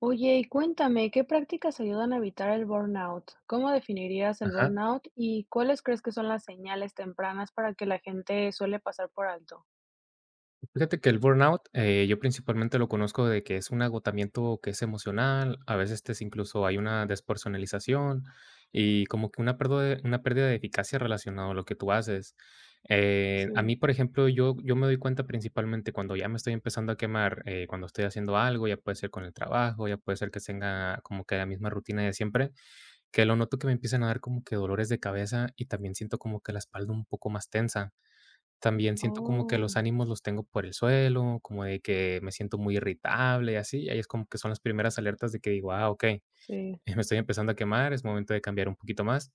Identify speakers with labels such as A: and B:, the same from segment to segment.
A: Oye, y cuéntame, ¿qué prácticas ayudan a evitar el burnout? ¿Cómo definirías el
B: Ajá.
A: burnout y cuáles crees que son las señales tempranas para que la gente suele pasar por alto?
B: Fíjate que el burnout, yo principalmente lo conozco de que es un agotamiento que es emocional, a veces incluso hay una despersonalización y como que una pérdida de eficacia relacionada a lo que tú haces. A
A: Sí,
B: mí, por ejemplo, yo me doy cuenta principalmente cuando ya me estoy empezando a quemar, cuando estoy haciendo algo, ya puede ser con el trabajo, ya puede ser que tenga como que la misma rutina de siempre, que lo noto que me empiezan a dar como que dolores de cabeza y también siento como que la espalda un poco más tensa. También siento como que los
A: oh,
B: ánimos los tengo por el suelo, como de que me siento muy irritable y así, y ahí es como que son las primeras alertas de que digo: "Ah, ok
A: sí,
B: me estoy empezando a quemar, es momento de cambiar un poquito más".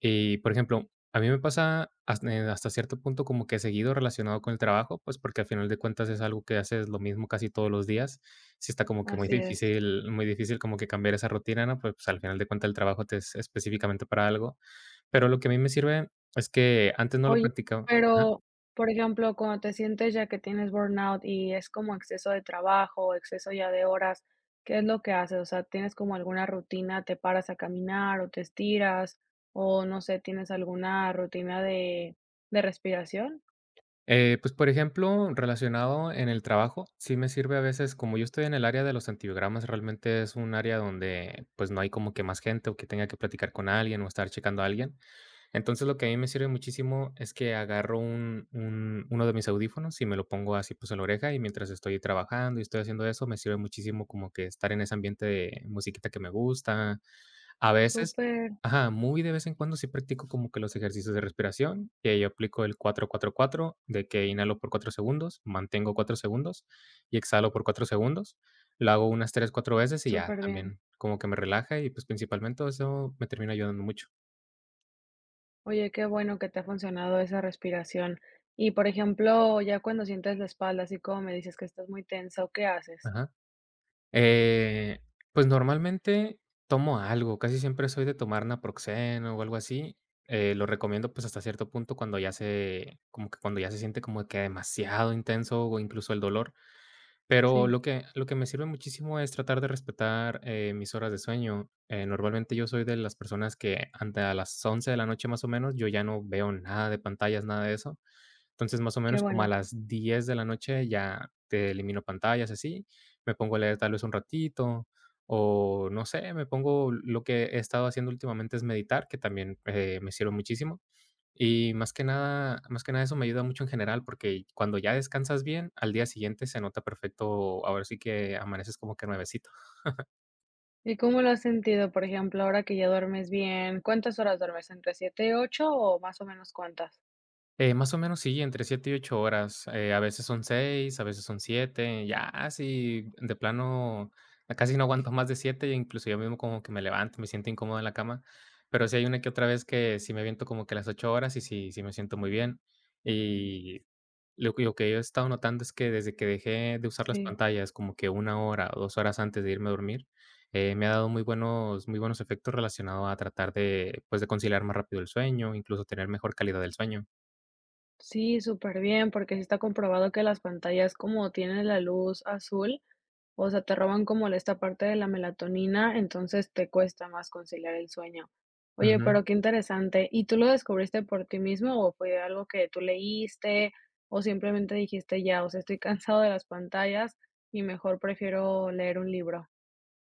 B: Y, por ejemplo, a mí me pasa hasta cierto punto como que seguido relacionado con el trabajo, pues, porque al final de cuentas es algo que haces lo mismo casi todos los días. Sí está como que
A: así es.
B: muy difícil como que cambiar esa rutina, ¿no? Pues al final de cuentas el trabajo te es específicamente para algo. Pero lo que a mí me sirve es que antes no lo
A: Oye,
B: practicaba.
A: pero, por ejemplo, cuando te sientes ya que tienes burnout y es como exceso de trabajo, exceso ya de horas, ¿qué es lo que haces? O sea, ¿tienes como alguna rutina, te paras a caminar o te estiras o no sé, tienes alguna rutina de respiración?
B: Pues, por ejemplo, relacionado en el trabajo, sí me sirve a veces, como yo estoy en el área de los antibiogramas, realmente es un área donde, pues, no hay como que más gente o que tenga que platicar con alguien o estar checando a alguien. Entonces, lo que a mí me sirve muchísimo es que agarro un uno de mis audífonos y me lo pongo así, pues, en la oreja, y mientras estoy trabajando y estoy haciendo eso, me sirve muchísimo como que estar en ese ambiente de musiquita que me gusta, a veces.
A: Súper,
B: Ajá, muy de vez en cuando sí practico como que los ejercicios de respiración, que yo aplico el cuatro cuatro cuatro, de que inhalo por 4 segundos, mantengo 4 segundos y exhalo por 4 segundos. Lo hago unas 3 4 veces y ya,
A: súper bien.
B: también como que me relaja y, pues, principalmente eso me termina ayudando mucho.
A: Oye, qué bueno que te ha funcionado esa respiración. Y por ejemplo, ya cuando sientes la espalda, así como me dices que estás muy tensa, ¿o qué haces?
B: Ajá. Eh, pues, normalmente tomo algo, casi siempre soy de tomar naproxeno o algo así. Lo recomiendo, pues, hasta cierto punto cuando ya se siente como que demasiado intenso o incluso el dolor. Pero
A: Sí,
B: lo que me sirve muchísimo es tratar de respetar, mis horas de sueño. Normalmente yo soy de las personas que ante a las 11 de la noche, más o menos, yo ya no veo nada de pantallas, nada de eso. Entonces, más o
A: qué
B: menos como a
A: bueno.
B: las 10 de la noche ya te elimino pantallas, así. Me pongo a leer tal vez un ratito o no sé, me pongo lo que he estado haciendo últimamente es meditar, que también, me sirve muchísimo. Y más que nada eso me ayuda mucho en general, porque cuando ya descansas bien, al día siguiente se nota perfecto, ahora sí que amaneces como que nuevecito.
A: ¿Y cómo lo has sentido, por ejemplo, ahora que ya duermes bien? ¿Cuántas horas duermes? ¿Entre 7 y 8 o más o menos cuántas?
B: Más o menos sí, entre 7 y 8 horas, a veces son 6 a veces son 7 ya así de plano casi no aguanto más de 7, incluso yo mismo como que me levanto, me siento incómodo en la cama, pero sí hay una que otra vez que sí me aviento como que las 8 horas y sí me siento muy bien. Y lo que yo he estado notando es que desde que dejé de usar las
A: Sí,
B: pantallas, como que una hora o 2 horas antes de irme a dormir, me ha dado muy buenos efectos relacionado a tratar de, pues, de conciliar más rápido el sueño, incluso tener mejor calidad del sueño.
A: sí, súper bien, porque sí está comprobado que las pantallas como tienen la luz azul, o sea, te roban como la esta parte de la melatonina, entonces te cuesta más conciliar el sueño. Oye,
B: Ujú.
A: pero qué interesante. ¿Y tú lo descubriste por ti mismo o fue algo que tú leíste o simplemente dijiste ya, o sea, estoy cansado de las pantallas y mejor prefiero leer un libro?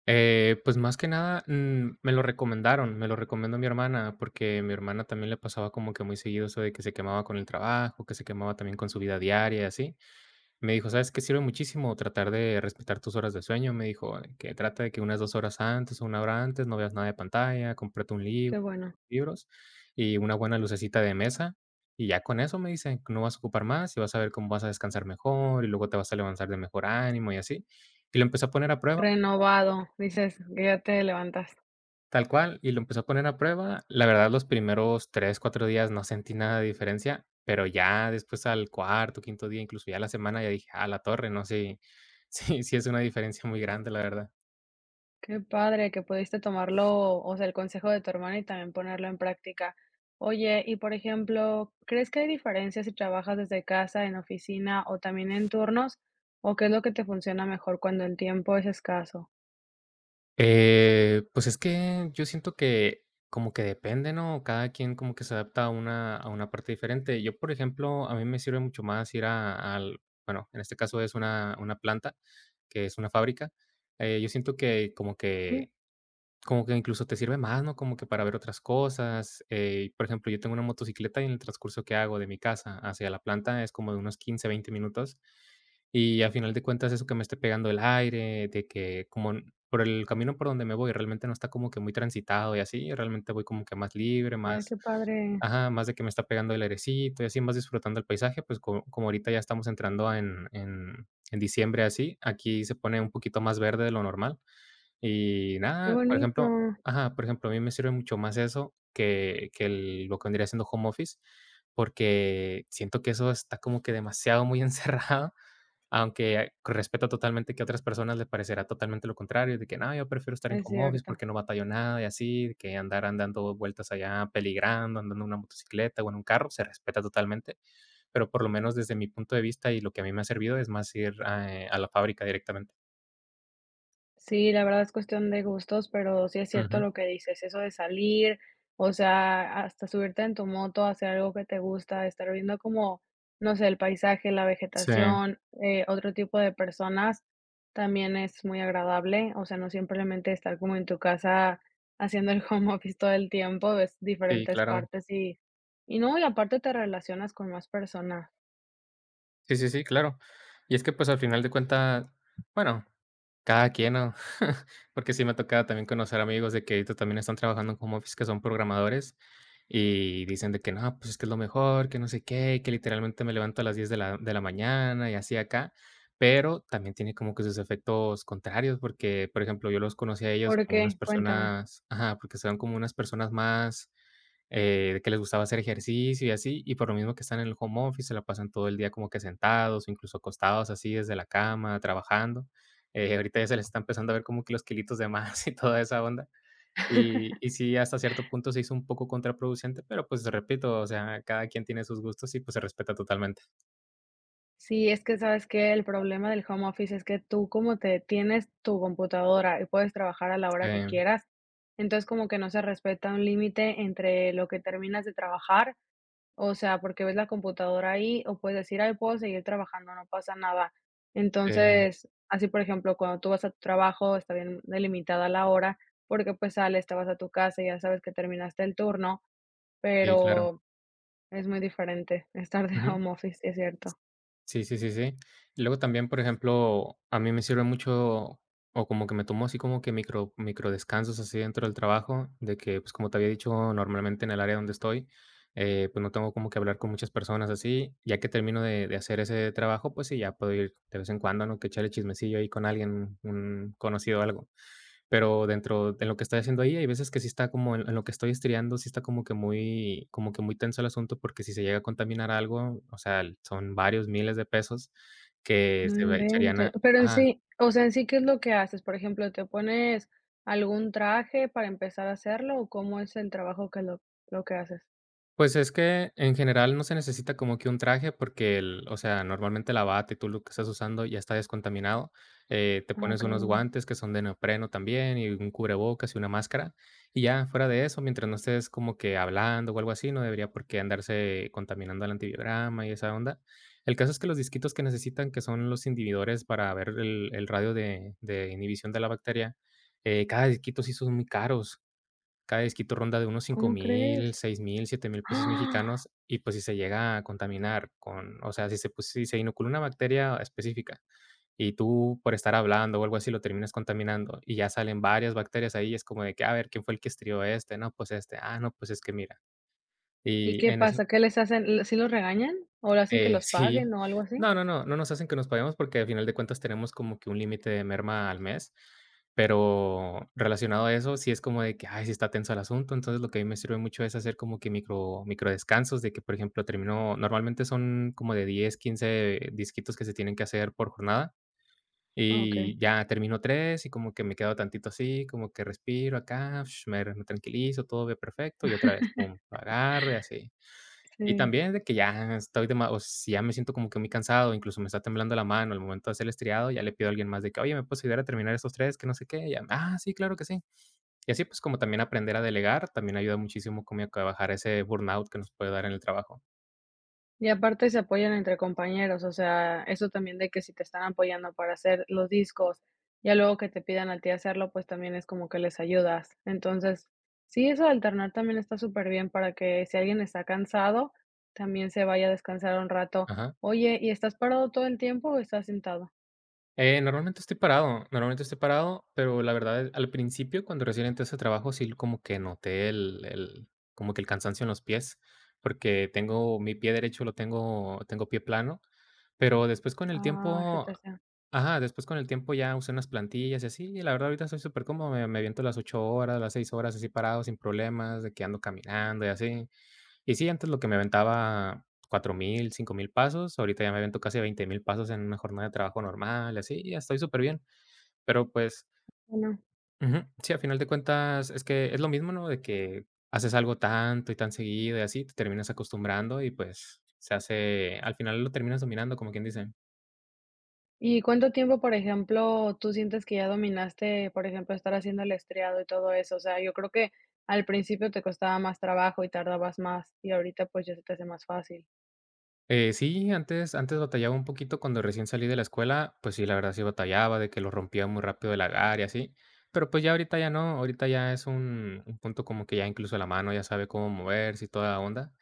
B: Pues, más que nada, me lo recomendaron, me lo recomendó mi hermana, porque mi hermana también le pasaba como que muy seguido eso de que se quemaba con el trabajo, que se quemaba también con su vida diaria y así. Me dijo: "¿Sabes qué sirve muchísimo? Tratar de respetar tus horas de sueño", me dijo, que trata de que unas 2 horas antes o una hora antes no veas nada de pantalla, cómprate un libro,
A: Qué bueno.
B: libros y una buena lucecita de mesa, y ya con eso, me dice, no vas a ocupar más y vas a ver cómo vas a descansar mejor y luego te vas a levantar de mejor ánimo y así. Y lo empecé a poner a prueba.
A: Renovado, dices, que ya te levantaste.
B: Tal cual, y lo empecé a poner a prueba. La verdad, los primeros 3 4 días no sentí nada de diferencia, pero ya después al cuarto, quinto día, incluso ya la semana, ya dije: "A la torre, no sé, sí es una diferencia muy grande, la verdad".
A: Qué padre que pudiste tomarlo, o sea, el consejo de tu hermana y también ponerlo en práctica. Oye, y por ejemplo, ¿crees que hay diferencias si trabajas desde casa, en oficina o también en turnos? ¿O qué es lo que te funciona mejor cuando el tiempo es escaso?
B: Pues es que yo siento que como que depende, ¿no? Cada quien como que se adapta a una parte diferente. Yo, por ejemplo, a mí me sirve mucho más ir a al bueno, en este caso es una planta, que es una fábrica. Yo siento que como
A: Sí,
B: que Como que incluso te sirve más, ¿no? Como que para ver otras cosas. Y, por ejemplo, yo tengo una motocicleta y en el transcurso que hago de mi casa hacia la planta es como de unos 15 20 minutos. Y a final de cuentas, eso que me esté pegando el aire, de que como n- por el camino por donde me voy realmente no está como que muy transitado y así, realmente voy como que más libre,
A: ay,
B: más,
A: qué padre,
B: ajá, más de que me está pegando el airecito y así, más disfrutando el paisaje, pues como, ahorita ya estamos entrando en diciembre así, aquí se pone un poquito más verde de lo normal. Y
A: qué
B: nada, por ejemplo,
A: bonito,
B: ajá, por ejemplo, a mí me sirve mucho más eso que el lo que vendría siendo home office, porque siento que eso está como que demasiado muy encerrado, aunque respeto totalmente que a otras personas les parecerá totalmente lo contrario, de que: "No, yo prefiero estar en
A: es
B: home office
A: cierto.
B: porque no batallo nada", y así, de que andar andando vueltas allá peligrando, andando en una motocicleta o en un carro, se respeta totalmente, pero por lo menos desde mi punto de vista y lo que a mí me ha servido es más ir, ah, a la fábrica directamente.
A: Sí, la verdad es cuestión de gustos, pero sí es cierto
B: Ujú.
A: lo que dices, eso de salir, o sea, hasta subirte en tu moto, hacer algo que te gusta, estar viendo como, no sé, el paisaje, la
B: Sí,
A: vegetación, otro tipo de personas, también es muy agradable, o sea, no simplemente estar como en tu casa haciendo el home office todo el tiempo, ves
B: sí,
A: diferentes
B: claro.
A: partes y no, y aparte te relacionas con más personas.
B: Sí, sí, sí, claro. Y es que, pues, al final de cuentas, bueno, cada quien, ¿no? Porque sí me ha tocado también conocer amigos de que ahorita también están trabajando en home office, que son programadores, y dicen de que no, pues es que es lo mejor, que no sé qué, que literalmente me levanto a las 10 de la mañana y así acá, pero también tiene como que sus efectos contrarios, porque, por ejemplo, yo los conocí a ellos
A: ¿Por
B: como unas
A: qué? Cuéntame.
B: personas ajá, porque son como unas personas más, de que les gustaba hacer ejercicio y así, y por lo mismo que están en el home office, se la pasan todo el día como que sentados, o incluso acostados así desde la cama, trabajando. Ahorita ya se les está empezando a ver como que los kilitos de más y toda esa onda. Y sí, hasta cierto punto se hizo un poco contraproducente, pero, pues, repito, o sea, cada quien tiene sus gustos y, pues, se respeta totalmente.
A: Sí, es que sabes que el problema del home office es que tú como te tienes tu computadora y puedes trabajar a la
B: Sí,
A: hora que quieras, entonces como que no se respeta un límite entre lo que terminas de trabajar, o sea, porque ves la computadora ahí o puedes decir, ay, puedo seguir trabajando, no pasa nada.
B: sí,
A: Entonces, así por ejemplo, cuando tú vas a tu trabajo, está bien delimitada la hora, porque pues sales, te vas a tu casa y ya sabes que terminaste el turno,
B: sí, claro.
A: pero es muy diferente estar de
B: Ujú.
A: home office, es cierto.
B: Sí, sí, sí, sí. Y luego también, por ejemplo, a mí me sirve mucho, o como que me tomo así como que micro descansos así dentro del trabajo, de que, pues como te había dicho, normalmente en el área donde estoy, pues no tengo como que hablar con muchas personas así, ya que termino de hacer ese trabajo, pues sí, ya puedo ir de vez en cuando, ¿no? Que echarle chismecillo ahí con alguien, un conocido o algo. Pero dentro de lo que estoy haciendo ahí, hay veces que sí está como en lo que estoy estriando, sí está como que muy tenso el asunto, porque si se llega a contaminar algo, o sea, son varios miles de pesos que
A: No
B: se va echarían
A: inventes.
B: a
A: Pero en
B: ajá.
A: sí, o sea, en sí, ¿qué es lo que haces? Por ejemplo, ¿te pones algún traje para empezar a hacerlo o cómo es el trabajo que lo que haces?
B: Pues es que en general no se necesita como que un traje porque el o sea, normalmente la bata y tú lo que estás usando ya está descontaminado. Te
A: Ah,
B: pones unos
A: okey.
B: guantes que son de neopreno también y un cubrebocas y una máscara. Y ya fuera de eso, mientras no estés como que hablando o algo así, no debería por qué andarse contaminando el antibiograma y esa onda. El caso es que los disquitos que necesitan, que son los inhibidores para ver el radio de inhibición de la bacteria. Cada disquito sí son muy caros. Cada disquito ronda de unos cinco
A: ¿Cómo crees?
B: mil 6,000, 7,000 pesos
A: ¡Ah!
B: mexicanos, y pues si se llega a contaminar con, o sea, pues, si se inocula una bacteria específica y tú por estar hablando o algo así lo terminas contaminando y ya salen varias bacterias ahí, es como de que, a ver, ¿quién fue el que estrió este? No, pues este, ah, no, pues es que mira.
A: ¿Y
B: Y
A: qué
B: en eso,
A: pasa? ¿Qué les hacen? ¿L sí los regañan? ¿O le hacen que los paguen
B: sí.
A: o algo así?
B: No, no, no, no nos hacen que nos paguemos porque al final de cuentas tenemos como que un límite de merma al mes, pero relacionado a eso, sí es como de que, ay, sí está tenso el asunto. Entonces, lo que a mí me sirve mucho es hacer como que micro descansos de que, por ejemplo, termino normalmente son como de 10, 15 disquitos que se tienen que hacer por jornada
A: Ah, okey.
B: y ya termino 3 y como que me quedo tantito así, como que respiro acá, me tranquilizo, todo ve perfecto y otra vez, pum, lo agarro y así. Y
A: Sí.
B: también de que ya estoy dema o si ya me siento como que muy cansado, incluso me está temblando la mano al momento de hacer el estriado, ya le pido a alguien más de que: "Oye, ¿me puedes ayudar a terminar estos 3 que no sé qué, ya, ah, sí, claro que sí". Y así, pues, como también aprender a delegar, también ayuda muchísimo como a bajar ese burnout que nos puede dar en el trabajo.
A: Y aparte se apoyan entre compañeros, o sea, eso también de que si te están apoyando para hacer los discos, ya luego que te pidan a ti hacerlo, pues también es como que les ayudas. Entonces, sí, eso de alternar también está súper bien para que si alguien está cansado, también se vaya a descansar un rato.
B: Ajá.
A: Oye, ¿y estás parado todo el tiempo o estás sentado?
B: Normalmente estoy parado, normalmente estoy parado, pero la verdad, es- al principio, cuando recién entré a ese trabajo, sí como que noté el como que el cansancio en los pies, porque tengo mi pie derecho lo tengo pie plano. Pero después con el
A: Ah, se te
B: tiempo
A: hace.
B: ajá, después con el tiempo ya usé unas plantillas y así, y la verdad ahorita soy súper supercómodo, me aviento las 8 horas, las 6 horas así parado sin problemas, de que ando caminando y así. Y sí, antes lo que me aventaba 4,000, 5,000 pasos, ahorita ya me avento casi 20,000 pasos en una jornada de trabajo normal, y así, y ya estoy súper bien. Pero, pues
A: Bueno.
B: ujú, sí, a final de cuentas es que es lo mismo, ¿no? De que haces algo tanto y tan seguido y así, te terminas acostumbrando y, pues, se hace al final lo terminas dominando, como quien dice.
A: ¿Y cuánto tiempo, por ejemplo, tú sientes que ya dominaste, por ejemplo, estar haciendo el estriado y todo eso? O sea, yo creo que al principio te costaba más trabajo y tardabas más, y ahorita, pues, ya se te hace más fácil.
B: Sí, antes batallaba un poquito cuando recién salí de la escuela, pues sí, la verdad sí batallaba, de que lo rompía muy rápido el agar y así, pero pues ya ahorita ya no, ahorita ya es un punto como que ya incluso la mano ya sabe cómo moverse y toda la onda.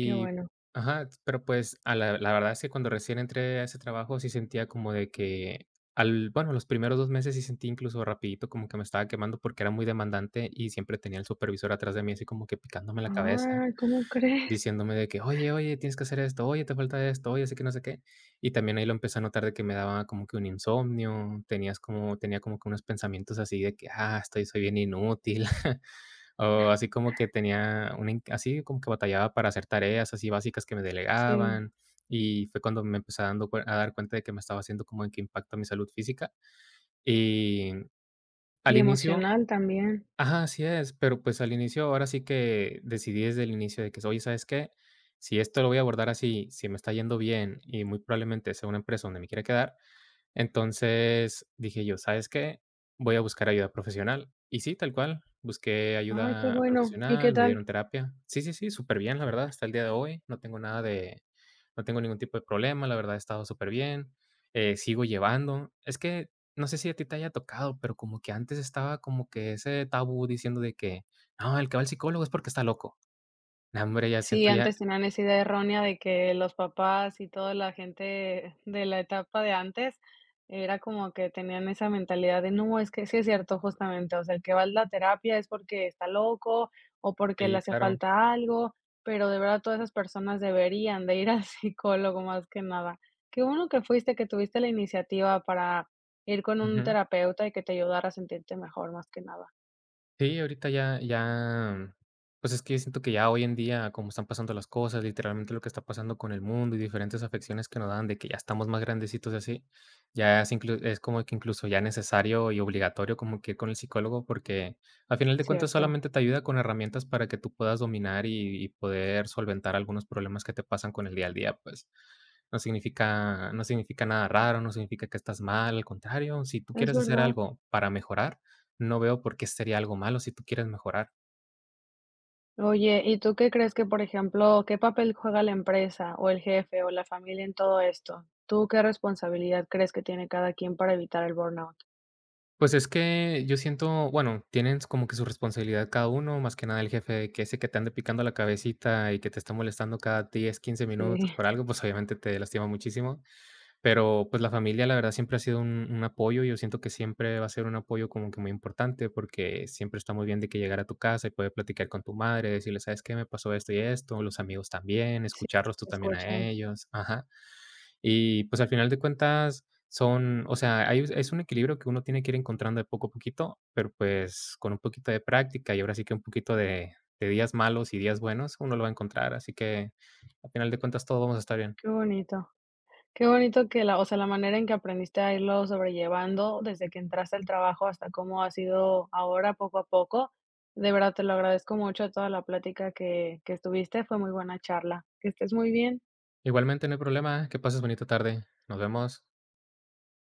A: Qué bueno.
B: ajá, pero pues a la verdad es que cuando recién entré a ese trabajo sí sentía como de que al bueno, los primeros 2 meses sí sentí incluso rapidito como que me estaba quemando porque era muy demandante y siempre tenía el supervisor atrás de mí así como que picándome la cabeza.
A: Ah, ¿cómo crees?
B: Diciéndome de que: "Oye, oye, tienes que hacer esto, oye, te falta esto, oye, así que no sé qué". Y también ahí lo empecé a notar de que me daba como que un insomnio, tenía como que unos pensamientos así de que: "Ah, estoy soy bien inútil", o así como que tenía una in así como que batallaba para hacer tareas así básicas que me
A: Sí,
B: delegaban, y fue cuando me empecé a dar cuenta de que me estaba haciendo como que impacto a mi salud física. Y
A: y
B: al inicio
A: emocional también.
B: ajá, así es, pero pues al inicio, ahora sí que decidí desde el inicio de que, oye, ¿sabes qué? Si esto lo voy a abordar así, si me está yendo bien y muy probablemente sea una empresa donde me quiera quedar, entonces dije yo: "¿Sabes qué? Voy a buscar ayuda profesional". Y sí, tal cual, busqué
A: Ay, qué
B: ayuda
A: bueno, ¿y qué
B: profesional, me
A: tal?
B: dieron terapia. Sí, sí, sí, súper bien, la verdad, hasta el día de hoy no tengo nada de no tengo ningún tipo de problema, la verdad he estado superbién. Sigo llevando. Es que no sé si a ti te haya tocado, pero como que antes estaba como que ese tabú diciendo de que: "No, el que va al psicólogo es porque está loco". No, hombre, ya
A: Sí,
B: siento ya
A: antes tenían esa idea errónea de que los papás y toda la gente de la etapa de antes era como que tenían esa mentalidad de no, es que sí es cierto, justamente, o sea, el que va a la terapia es porque está loco o porque le
B: sí,
A: hace
B: claro.
A: falta algo, pero de verdad todas esas personas deberían de ir al psicólogo más que nada. Qué bueno que fuiste, que tuviste la iniciativa para ir con un
B: Ujú.
A: terapeuta y que te ayudara a sentirte mejor más que nada,
B: Sí, ahorita ya, pues, es que siento que ya hoy en día, como están pasando las cosas, literalmente lo que está pasando con el mundo y diferentes afecciones que nos dan, de que ya estamos más grandecitos y así, ya es como que incluso ya necesario y obligatorio como que ir con el psicólogo, porque al final de cuentas
A: ¿cierto?
B: solamente te ayuda con herramientas para que tú puedas dominar y poder solventar algunos problemas que te pasan con el día al día, pues. No significa no significa nada raro, no significa que estás mal, al contrario, si tú
A: Es
B: quieres hacer
A: verdad.
B: algo para mejorar, no veo por qué sería algo malo si tú quieres mejorar.
A: Oye, ¿y tú qué crees que, por ejemplo, qué papel juega la empresa o el jefe o la familia en todo esto? ¿Tú qué responsabilidad crees que tiene cada quien para evitar el burnout?
B: Pues es que yo siento, bueno, tienen como que su responsabilidad cada uno, más que nada el jefe, que ese que te ande picando la cabecita y que te está molestando cada 10, 15
A: Sí,
B: minutos por algo, pues obviamente te lastima muchísimo. Pero pues la familia, la verdad, siempre ha sido un apoyo. Yo siento que siempre va a ser un apoyo como que muy importante, porque siempre está muy bien de que llegar a tu casa y poder platicar con tu madre, decirle, ¿sabes qué? Me pasó esto y esto, los amigos también,
A: sí,
B: escucharlos tú
A: te
B: también a
A: escuchan.
B: ellos. Ajá. Y, pues, al final de cuentas son o sea, hay es un equilibrio que uno tiene que ir encontrando de poco a poquito, pero, pues, con un poquito de práctica y ahora sí que un poquito de días malos y días buenos, uno lo va a encontrar. Así que, al final de cuentas, todo vamos a estar bien.
A: Qué bonito. Qué bonito que la, o sea, la manera en que aprendiste a irlo sobrellevando desde que entraste al trabajo hasta cómo ha sido ahora poco a poco. De verdad te lo agradezco mucho toda la plática que estuviste. Fue muy buena charla. Que estés muy bien.
B: Igualmente, no hay problema. Que pases bonita tarde. Nos vemos.